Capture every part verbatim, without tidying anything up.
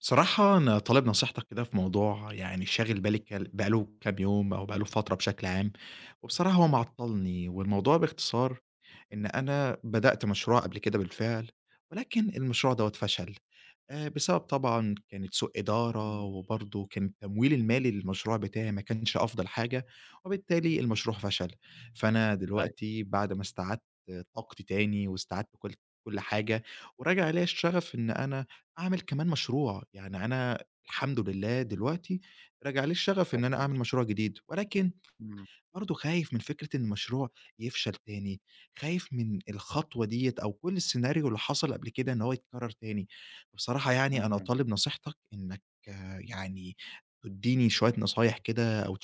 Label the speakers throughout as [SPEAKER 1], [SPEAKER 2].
[SPEAKER 1] بصراحة أنا طالب نصيحتك كده في موضوع يعني شاغل بالي ك- بقاله كام يوم أو بقاله فترة بشكل عام. وبصراحة هو معطلني، والموضوع باختصار إن أنا بدأت مشروع قبل كده بالفعل، ولكن المشروع دوت فشل. آه، بسبب طبعا كانت سوء إدارة،
[SPEAKER 2] إمم،
[SPEAKER 1] وبرضه كان التمويل المالي للمشروع بتاعي ما كانش أفضل حاجة، وبالتالي المشروع فشل. فأنا
[SPEAKER 2] أيوه
[SPEAKER 1] دلوقتي بعد ما استعدت طاقتي تاني واستعدت كل كل حاجة، وراجع عليا الشغف إن أنا أعمل كمان مشروع. يعني أنا الحمد لله دلوقتي راجع لي الشغف إن أنا
[SPEAKER 2] جميل،
[SPEAKER 1] أعمل مشروع جديد، ولكن
[SPEAKER 2] إمم،
[SPEAKER 1] برضه خايف من فكرة إن المشروع يفشل تاني، خايف من الخطوة ديّة أو كل السيناريو اللي حصل قبل كده إن هو يتكرر تاني. بصراحة يعني أنا
[SPEAKER 2] اهم،
[SPEAKER 1] طالب نصيحتك إنك آه، يعني تدّيني شوية نصايح كده أو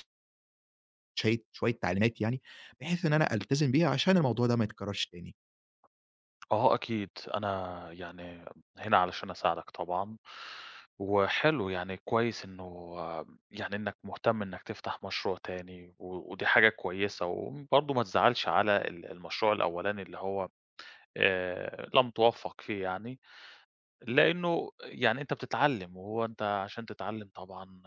[SPEAKER 1] شي شوية تعليمات يعني، بحيث إن أنا ألتزم بيها عشان الموضوع ده ما يتكررش تاني.
[SPEAKER 2] آه أكيد. أنا يعني هنا علشان أساعدك طبعًا، وحلو يعني كويس إنه يعني إنك مهتم إنك تفتح مشروع تاني و ودي حاجة كويسة، وبرضه ما تزعلش على ال المشروع الأولاني اللي هو آآ، لم توفق فيه يعني، لأنه يعني أنت بتتعلم، وهو أنت عشان تتعلم طبعًا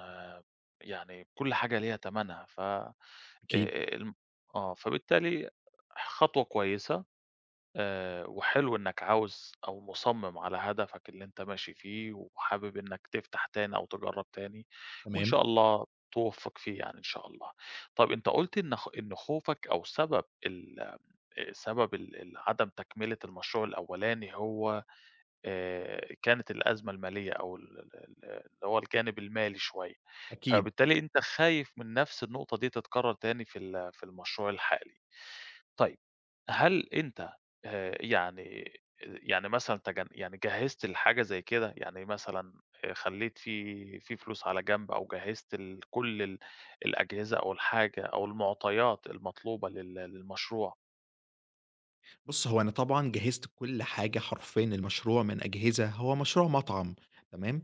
[SPEAKER 2] يعني كل حاجة ليها تمنها ف آآ،
[SPEAKER 1] أكيد،
[SPEAKER 2] الم آه، فبالتالي خطوة كويسة. آآ، وحلو إنك عاوز أو مصمم على هدفك اللي أنت ماشي فيه، وحابب إنك تفتح تاني أو تجرّب تاني، وإن
[SPEAKER 1] تمام.
[SPEAKER 2] شاء الله توفّق فيه يعني إن شاء الله. طَب أنت قُلت إن خ إن خوفك أو سبب ال آه، سبب ال ال عدم تكملة المشروع الأولاني هو آآ، كانت الأزمة المالية أو ال ال ال اللي هو الجانب المالي شوية،
[SPEAKER 1] أكيد.
[SPEAKER 2] فبالتالي أنت خايف من نفس النقطة دي تتكرر تاني في ال في المشروع الحالي. طيب، هل أنت آآ يعني يعني مثلًا تجن يعني جهّزت لحاجة زي كده؟ يعني مثلًا آآ خلّيت في في فلوس على جنب أو جهّزت ال كل ال الأجهزة أو الحاجة أو المعطيات المطلوبة لل للمشروع؟
[SPEAKER 1] بُص، هو أنا طبعًا جهّزت كل حاجة حرفيًا للمشروع من أجهزة، هو مشروع مطعم، تمام.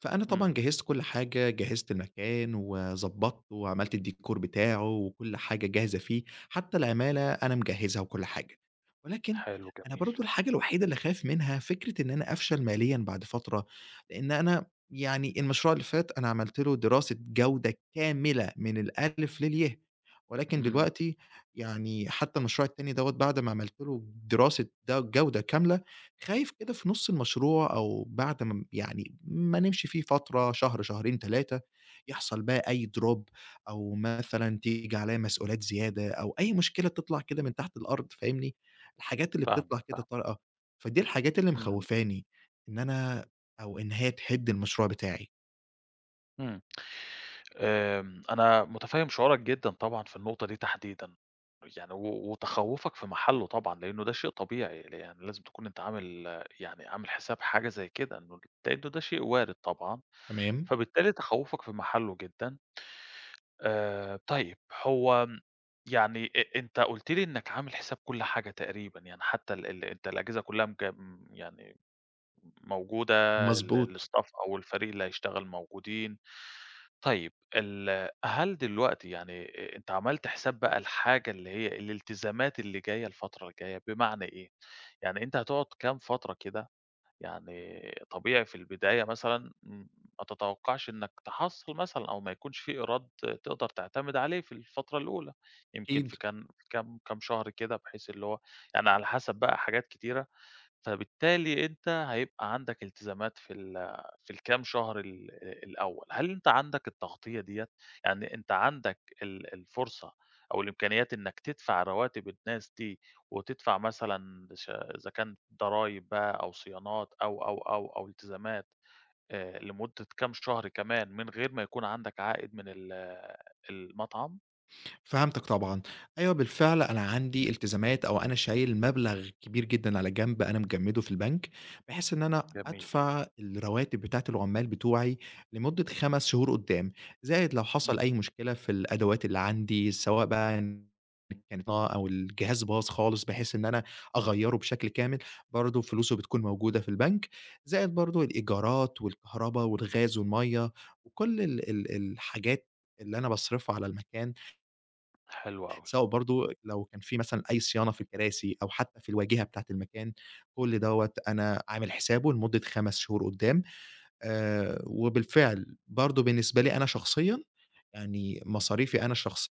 [SPEAKER 1] فأنا طبعًا
[SPEAKER 2] إمم،
[SPEAKER 1] جهّزت كل حاجة، جهّزت المكان وضبّطته وعملت الديكور بتاعه وكل حاجة جاهزة فيه، حتى العمالة أنا مجهّزها وكل حاجة. ولكن
[SPEAKER 2] حلو
[SPEAKER 1] أنا
[SPEAKER 2] جميل.
[SPEAKER 1] برضه الحاجة الوحيدة اللي خايف منها فكرة إن أنا أفشل ماليًا بعد فترة، لإن أنا يعني المشروع اللي فات أنا عملت له دراسة جودة كاملة من الألِف للياء. ولكن
[SPEAKER 2] إمم،
[SPEAKER 1] دلوقتي يعني حتى المشروع التاني دوّة بعد ما عملت له دراسة ده جودة كاملة، خايف كده في نُص المشروع أو بعد ما م يعني ما نمشي فيه فترة شهر، شهرين، ثلاثة، يحصل بقى أي drop، أو مثلًا تيجي عليّا مسؤوليات زيادة أو أي مشكلة تطلع كده من تحت الأرض فاهمني، الحاجات اللي
[SPEAKER 2] فاهمك،
[SPEAKER 1] بتطلع كده
[SPEAKER 2] فاهمك.
[SPEAKER 1] طارئة. فدي الحاجات اللي
[SPEAKER 2] إمم،
[SPEAKER 1] مخوّفاني إن أنا، أو إن هي تهِد المشروع بتاعي.
[SPEAKER 2] إمم. آمم، أنا متفهم شعورك جدًا طبعًا في النقطة دي تحديدًا، يعني و وتخوّفك في محله طبعًا، لأنه ده شيء طبيعي، ل يعني لازم تكون أنت عامل يعني عامل حساب حاجة زي كده، إنه لأنه ده شيء وارد طبعًا،
[SPEAKER 1] تمام؟
[SPEAKER 2] فبالتالي تخوّفك في محله جدًا. آآ، طيب هو يعني أ أنت قُلت لي إنك عامل حساب كل حاجة تقريبًا، يعني حتى ال ال أنت الأجهزة كلها مج يعني موجودة،
[SPEAKER 1] مضبوط.
[SPEAKER 2] ال الstaff أو الفريق اللي هيشتغل موجودين. طيب ال هل دلوقتي يعني أ أنت عملت حساب بقى الحاجة اللي هي الالتزامات اللي جاية الفترة الجاية، بمعنى إيه؟ يعني أنت هتقعد كام فترة كده، يعني طبيعي في البداية مثلًا م ما تتوقعش إنك تحصّل مثلًا أو ما يكونش في إيراد تقدر تعتمد عليه في الفترة الأولى، يمكن
[SPEAKER 1] أكيد.
[SPEAKER 2] في كام كام كام شهر كده بحيث اللي هو يعني على حسب بقى حاجات كتيرة، فبالتالي أنت هيبقى عندك التزامات في ال في الكام شهر ال الأول، هل أنت عندك التغطية ديّة؟ يعني أنت عندك ال الفرصة أو الإمكانيات إنك تدفع رواتب الناس دي، وتدفع مثلًا ش إذا كان ضرايب بقى أو صيانات أو، أو، أو، أو التزامات آآ لمدة كام شهر كمان من غير ما يكون عندك عائد من ال المطعم؟
[SPEAKER 1] فهمتك طبعًا. أيوه، بالفعل أنا عندي التزامات، أو أنا شايل مبلغ كبير جدًا على جنب أنا مجمّده في البنك، بحيث إن أنا
[SPEAKER 2] جميل،
[SPEAKER 1] أدفع الرواتب بتاعة العمّال بتوعي لمدة خمس شهور قدّام، زائد لو حصل
[SPEAKER 2] إمم،
[SPEAKER 1] أي مشكلة في الأدوات اللي عندي، سواء بقى إن كانت ناقة أو الجهاز باظ خالص بحيث إن أنا أغيّره بشكل كامل، برضه فلوسه بتكون موجودة في البنك. زائد برضه الإيجارات والكهربا والغاز والمَيّة وكل ال ال الحاجات اللي أنا باصرفها على المكان،
[SPEAKER 2] حلو أوي،
[SPEAKER 1] سواء برضه لو كان في مثلًا أي صيانة في الكراسي أو حتى في الواجهة بتاعة المكان، كل دوّة أنا عامل حسابه لمدة خمس شهور قدّام. آآ وبالفعل برضه بالنسبة لي أنا شخصيًا، يعني مصاريفي أنا الشخصية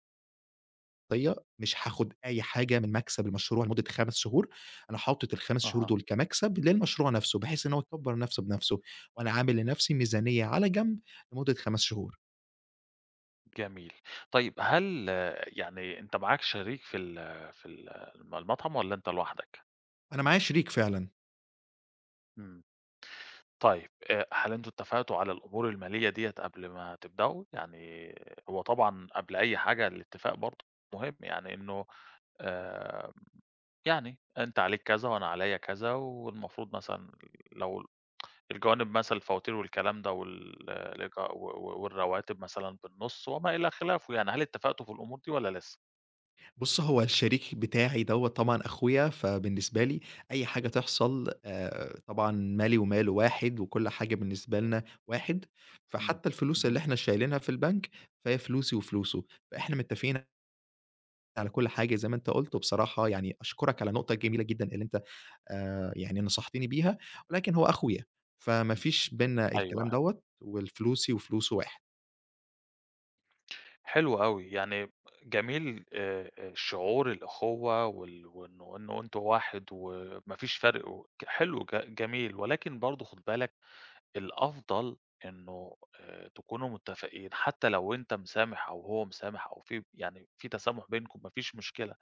[SPEAKER 1] مش هاخد أي حاجة من مكسب المشروع لمدة خمسة شهور. أنا حاطط ال5 شهور
[SPEAKER 2] أها.
[SPEAKER 1] دول كمكسب للمشروع نفسه، بحيث إن هو يكبّر نفسه بنفسه. وأنا عامل لنفسي ميزانية على جنب لمدة خمس شهور.
[SPEAKER 2] جميل. طيب هل آه، يعني أنت معاك شريك في ال في ال الم المطعم والّا أنت لوحدك؟
[SPEAKER 1] أنا معايا شريك فعلًا.
[SPEAKER 2] إمم. طيب آآ هل أنتم اتفقتوا على الأمور المالية ديّة قبل ما تبدأوا؟ يعني هو طبعًا قبل أي حاجة الاتفاق برضه مهم، يعني إنه آآ يعني أنت عليك كذا وأنا عليّا كذا والمفروض مثلًا لو الجوانب مثلًا الفواتير والكلام ده وال الإيجا و و والرواتب مثلًا بالنُص وما إلى خلافه يعني، هل اتفقتوا في الأمور دي والّا لسه؟
[SPEAKER 1] بُص، هو الشريك بتاعي دوّة طبعًا أخويا، فبالنسبة لي أي حاجة تحصل آآ طبعًا مالي وماله واحد، وكل حاجة بالنسبة لنا واحد،
[SPEAKER 2] إمم.
[SPEAKER 1] فحتى الفلوس اللي
[SPEAKER 2] اهم.
[SPEAKER 1] إحنا شايلينها في البنك، فهي فلوسي وفلوسه. فإحنا متفقين على كل حاجة زي ما أنت قُلت، وبصراحة يعني أشكرك على النقطة الجميلة جدًا اللي أنت آآ يعني نصحتني بيها. ولكن هو أخويا، فما فيش بيننا
[SPEAKER 2] أيوه،
[SPEAKER 1] الكلام
[SPEAKER 2] أيوه.
[SPEAKER 1] دوّة، والفلوسي وفلوسه واحد.
[SPEAKER 2] حلو أوي، يعني جميل آآ شعور الأخوة وال وإنه إنه أنتم واحد وما فيش فرق و ك- حلو ج جميل، ولكن برضه خُد بالك الأفضل إنه آآ تكونوا متّفقين، حتى لو أنت مسامح أو هو مسامح أو في يعني في تسامح بينكم ما فيش مشكلة،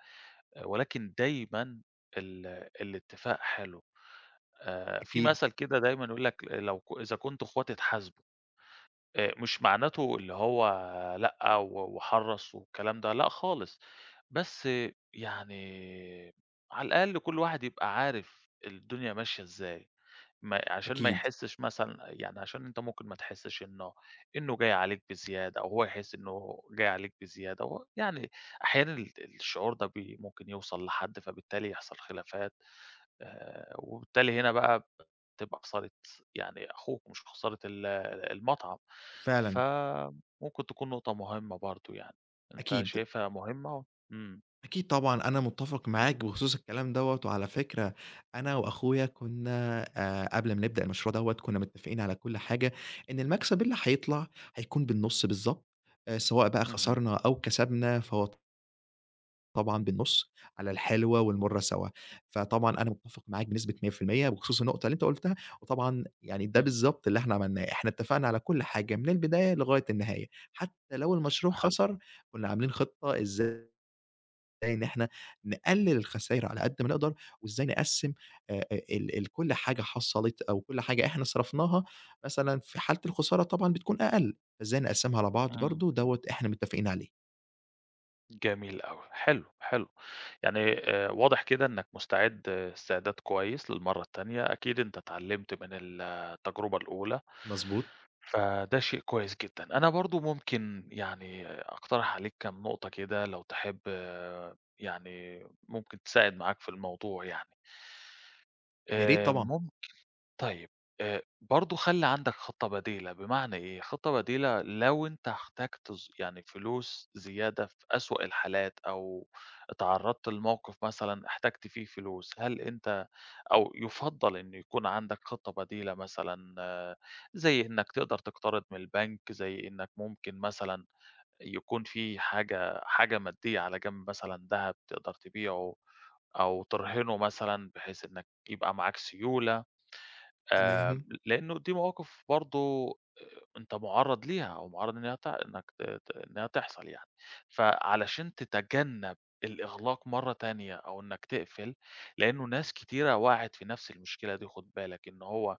[SPEAKER 2] آه، ولكن دايمًا ال الاتفاق حلو. آآ في
[SPEAKER 1] أكيد،
[SPEAKER 2] مثل كده دايمًا يقول لك لو ك إذا كنتم إخوات اتحاسبوا. آآ مش معناته اللي هو لأ و وحرّص والكلام ده، لأ خالص، بس يعني على الأقل كل واحد يبقى عارف الدنيا ماشية إزاي، ما عشان ما
[SPEAKER 1] أكيد،
[SPEAKER 2] يحسّش مثلًا يعني عشان أنت ممكن ما تحسّش إنه إنه جاي عليك بزيادة أو هو يحس إنه جاي عليك بزيادة، هو يعني أحيانًا ال الشعور ده بي ممكن يوصل لحد، فبالتالي يحصل خلافات. آآ وبالتالي هنا بقى بتبقى خسارة، يعني أخوك مش خسارة ال المطعم،
[SPEAKER 1] فعلًا،
[SPEAKER 2] فممكن تكون نقطة مهمة برضه يعني، أنت
[SPEAKER 1] أكيد.
[SPEAKER 2] شايفها مهمة؟ إمم،
[SPEAKER 1] أكيد طبعًا، أنا متّفق معاك بخصوص الكلام دوّة. وعلى فكرة أنا وأخويا كنا آآ قبل ما نبدأ المشروع دوّة كنا متّفقين على كل حاجة، إن المكسب اللي هيطلع هيكون بالنُص بالضبط. آآ سواء بقى
[SPEAKER 2] اهم،
[SPEAKER 1] خسرنا أو كسبنا فهو طبعًا بالنُص، على الحلوة والمُرّة سوا. فطبعًا أنا متّفق معاك بنسبة مية في المية بخصوص النقطة اللي أنت قُلتها، وطبعًا يعني ده
[SPEAKER 2] اهم،
[SPEAKER 1] بالضبط اللي إحنا عملناه، إحنا اتّفقنا على كل حاجة من البداية لغاية النهاية. حتى لو المشروع
[SPEAKER 2] حلو،
[SPEAKER 1] خسر كنا عاملين خطة إزاي إزاي إن إحنا نقلل الخساير على قد ما نقدر، وإزاي نقسّم آآ ال ال كل حاجة حصلت أو كل حاجة إحنا صرفناها، مثلًا في حالة الخسارة طبعًا بتكون أقل، فإزاي نقسّمها على بعض،
[SPEAKER 2] إمم،
[SPEAKER 1] برضه
[SPEAKER 2] إمم.
[SPEAKER 1] دوّة إحنا متفقين عليه.
[SPEAKER 2] جميل أوي، حلو، حلو. يعني آآ واضح كده إنّك مستعد آه، استعداد كويس للمرّة التانية، أكيد أنت اتعلّمت من ال التجربة الأولى،
[SPEAKER 1] مضبوط.
[SPEAKER 2] فده شيء كويس جدًا. أنا برضه ممكن يعني أقترح عليك كام نقطة كده لو تحب آه، يعني ممكن تساعد معاك في الموضوع يعني.
[SPEAKER 1] يا ريت
[SPEAKER 2] آآ
[SPEAKER 1] طبعًا.
[SPEAKER 2] مم طيب، آآ برضه خلّي عندك خطة بديلة، بمعنى إيه؟ خطة بديلة لو أنت احتجت ز يعني فلوس زيادة في أسوأ الحالات أو اتعرّضت لموقف مثلًا احتجت فيه فلوس، هل أنت أو يُفضّل إن يكون عندك خطة بديلة مثلًا آه، زي إنّك تقدر تقترض من البنك، زي إنّك ممكن مثلًا يكون في حاجة حاجة مادية على جنب مثلًا دهب تقدر تبيعه أو ترهنه مثلًا بحيث إنّك يبقى معاك سيولة. آآ
[SPEAKER 1] تمام.
[SPEAKER 2] لإنه دي مواقف برضه أنت مُعرّض ليها أو مُعرّض إنها ت إنك ت ت إنها تحصل يعني، فعلشان تتجنّب الإغلاق مرّة تانية أو إنك تقفل، لإنه ناس كتيرة وقعت في نفس المشكلة دي خُد بالك، إن هو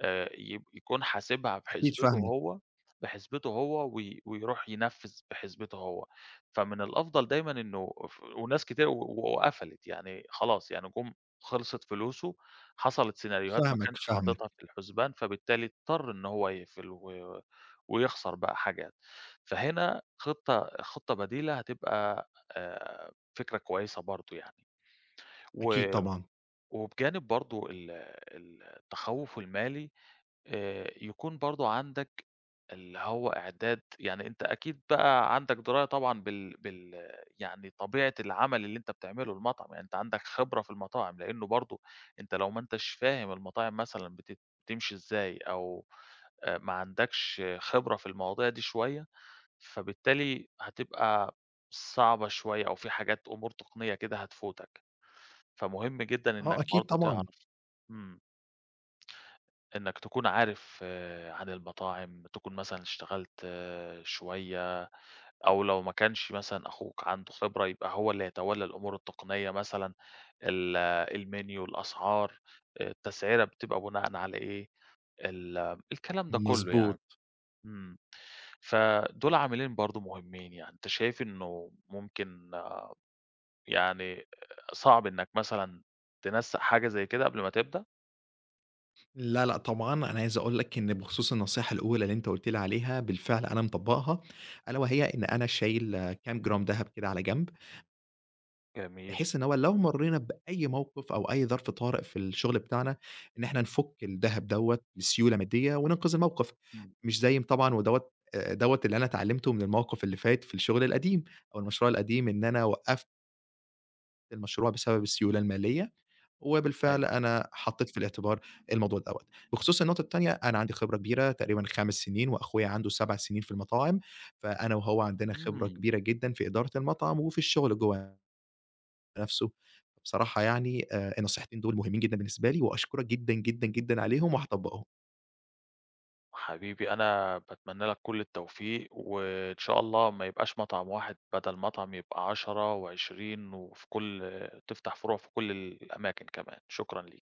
[SPEAKER 2] آآ يب يكون حاسبها
[SPEAKER 1] أكيد
[SPEAKER 2] بحسبته
[SPEAKER 1] فاهمك،
[SPEAKER 2] هو بحسبته هو وي ويروح ينفّذ بحسبته هو، فمن الأفضل دايمًا إنه ف وناس كتير و و- وقفلت، يعني خلاص يعني جُم خلصت فلوسه، حصلت سيناريوهات ما
[SPEAKER 1] فاهمك،
[SPEAKER 2] كانش
[SPEAKER 1] فاهمك.
[SPEAKER 2] حاططها في الحسبان، فبالتالي اضطر إن هو يقفل و ويخسر بقى حاجات. فهنا خطة خطة بديلة هتبقى آآ فكرة كويسة برضه يعني.
[SPEAKER 1] أكيد
[SPEAKER 2] و
[SPEAKER 1] طبعًا.
[SPEAKER 2] وبجانب برضه ال التخوّف المالي آآ يكون برضه عندك اللي هو إعداد يعني أنت أكيد بقى عندك دراية طبعًا بال بال يعني طبيعة العمل اللي أنت بتعمله المطعم، يعني أنت عندك خبرة في المطاعم، لإنه برضه أنت لو ما أنتش فاهم المطاعم مثلًا بت بتمشي إزاي أو آآ ما عندكش خبرة في المواضيع دي شوية، فبالتالي هتبقى صعبة شوية أو في حاجات أمور تقنية كده هتفوتك، فمهم جدًا
[SPEAKER 1] آه
[SPEAKER 2] إنك
[SPEAKER 1] أكيد
[SPEAKER 2] برضه
[SPEAKER 1] طبعًا.
[SPEAKER 2] تعرف. إمم. إنك تكون عارف آه، عن المطاعم، تكون مثلًا اشتغلت آه، شوية أو لو ما كانش مثلًا أخوك عنده خبرة، يبقى هو اللي يتولى الأمور التقنية مثلًا، ال آه، المنيو، الأسعار، آه، التسعيرة بتبقى بناءً على إيه، ال آه، الكلام ده كله يعني.
[SPEAKER 1] مضبوط.
[SPEAKER 2] إمم. فدول عاملين برضه مهمين يعني. أنت شايف إنه ممكن آه، يعني صعب إنك مثلًا تنسّق حاجة زي كده قبل ما تبدأ؟
[SPEAKER 1] لا، لأ طبعًا، أنا عايز أقول لك إن بخصوص النصيحة الأولى اللي أنت قُلت لي عليها، بالفعل أنا مطبّقها، ألا وهي إن أنا شايل آه، كام جرام دهب كده على جنب.
[SPEAKER 2] جميل.
[SPEAKER 1] بحيث إن هو لو مرّينا بأي موقف أو أي ظرف طارئ في الشغل بتاعنا، إن إحنا نفُك الدهب دوّة بسيولة مادية وننقذ الموقف.
[SPEAKER 2] إمم.
[SPEAKER 1] مش زي م طبعًا ودوّة آآ دوّة اللي أنا اتعلّمته من الموقف اللي فات في الشغل القديم أو المشروع القديم، إن أنا وقّفت المشروع بسبب السيولة المالية. وبالفعل
[SPEAKER 2] أيوه.
[SPEAKER 1] أنا حطّيت في الاعتبار الموضوع دوّة. بخصوص النقطة التانية، أنا عندي خبرة كبيرة تقريبًا خمسة سنين وأخويا عنده سبع سنين في المطاعم، فأنا وهو عندنا خبرة
[SPEAKER 2] إمم.
[SPEAKER 1] كبيرة جدًا في إدارة المطعم وفي الشغل جوّاه نفسه. بصراحة يعني آآ النصيحتين دول مهمين جدًا بالنسبة لي، وأشكرك جدًا، جدًا، جدًا عليهم وهاطبّقهم.
[SPEAKER 2] حبيبي أنا باتمنى لك كل التوفيق، وإن شاء الله ما يبقاش مطعم واحد بدل مطعم يبقى عشرة و20 وفي كل تفتح فروع في كل الأماكن كمان، شكرًا ليك.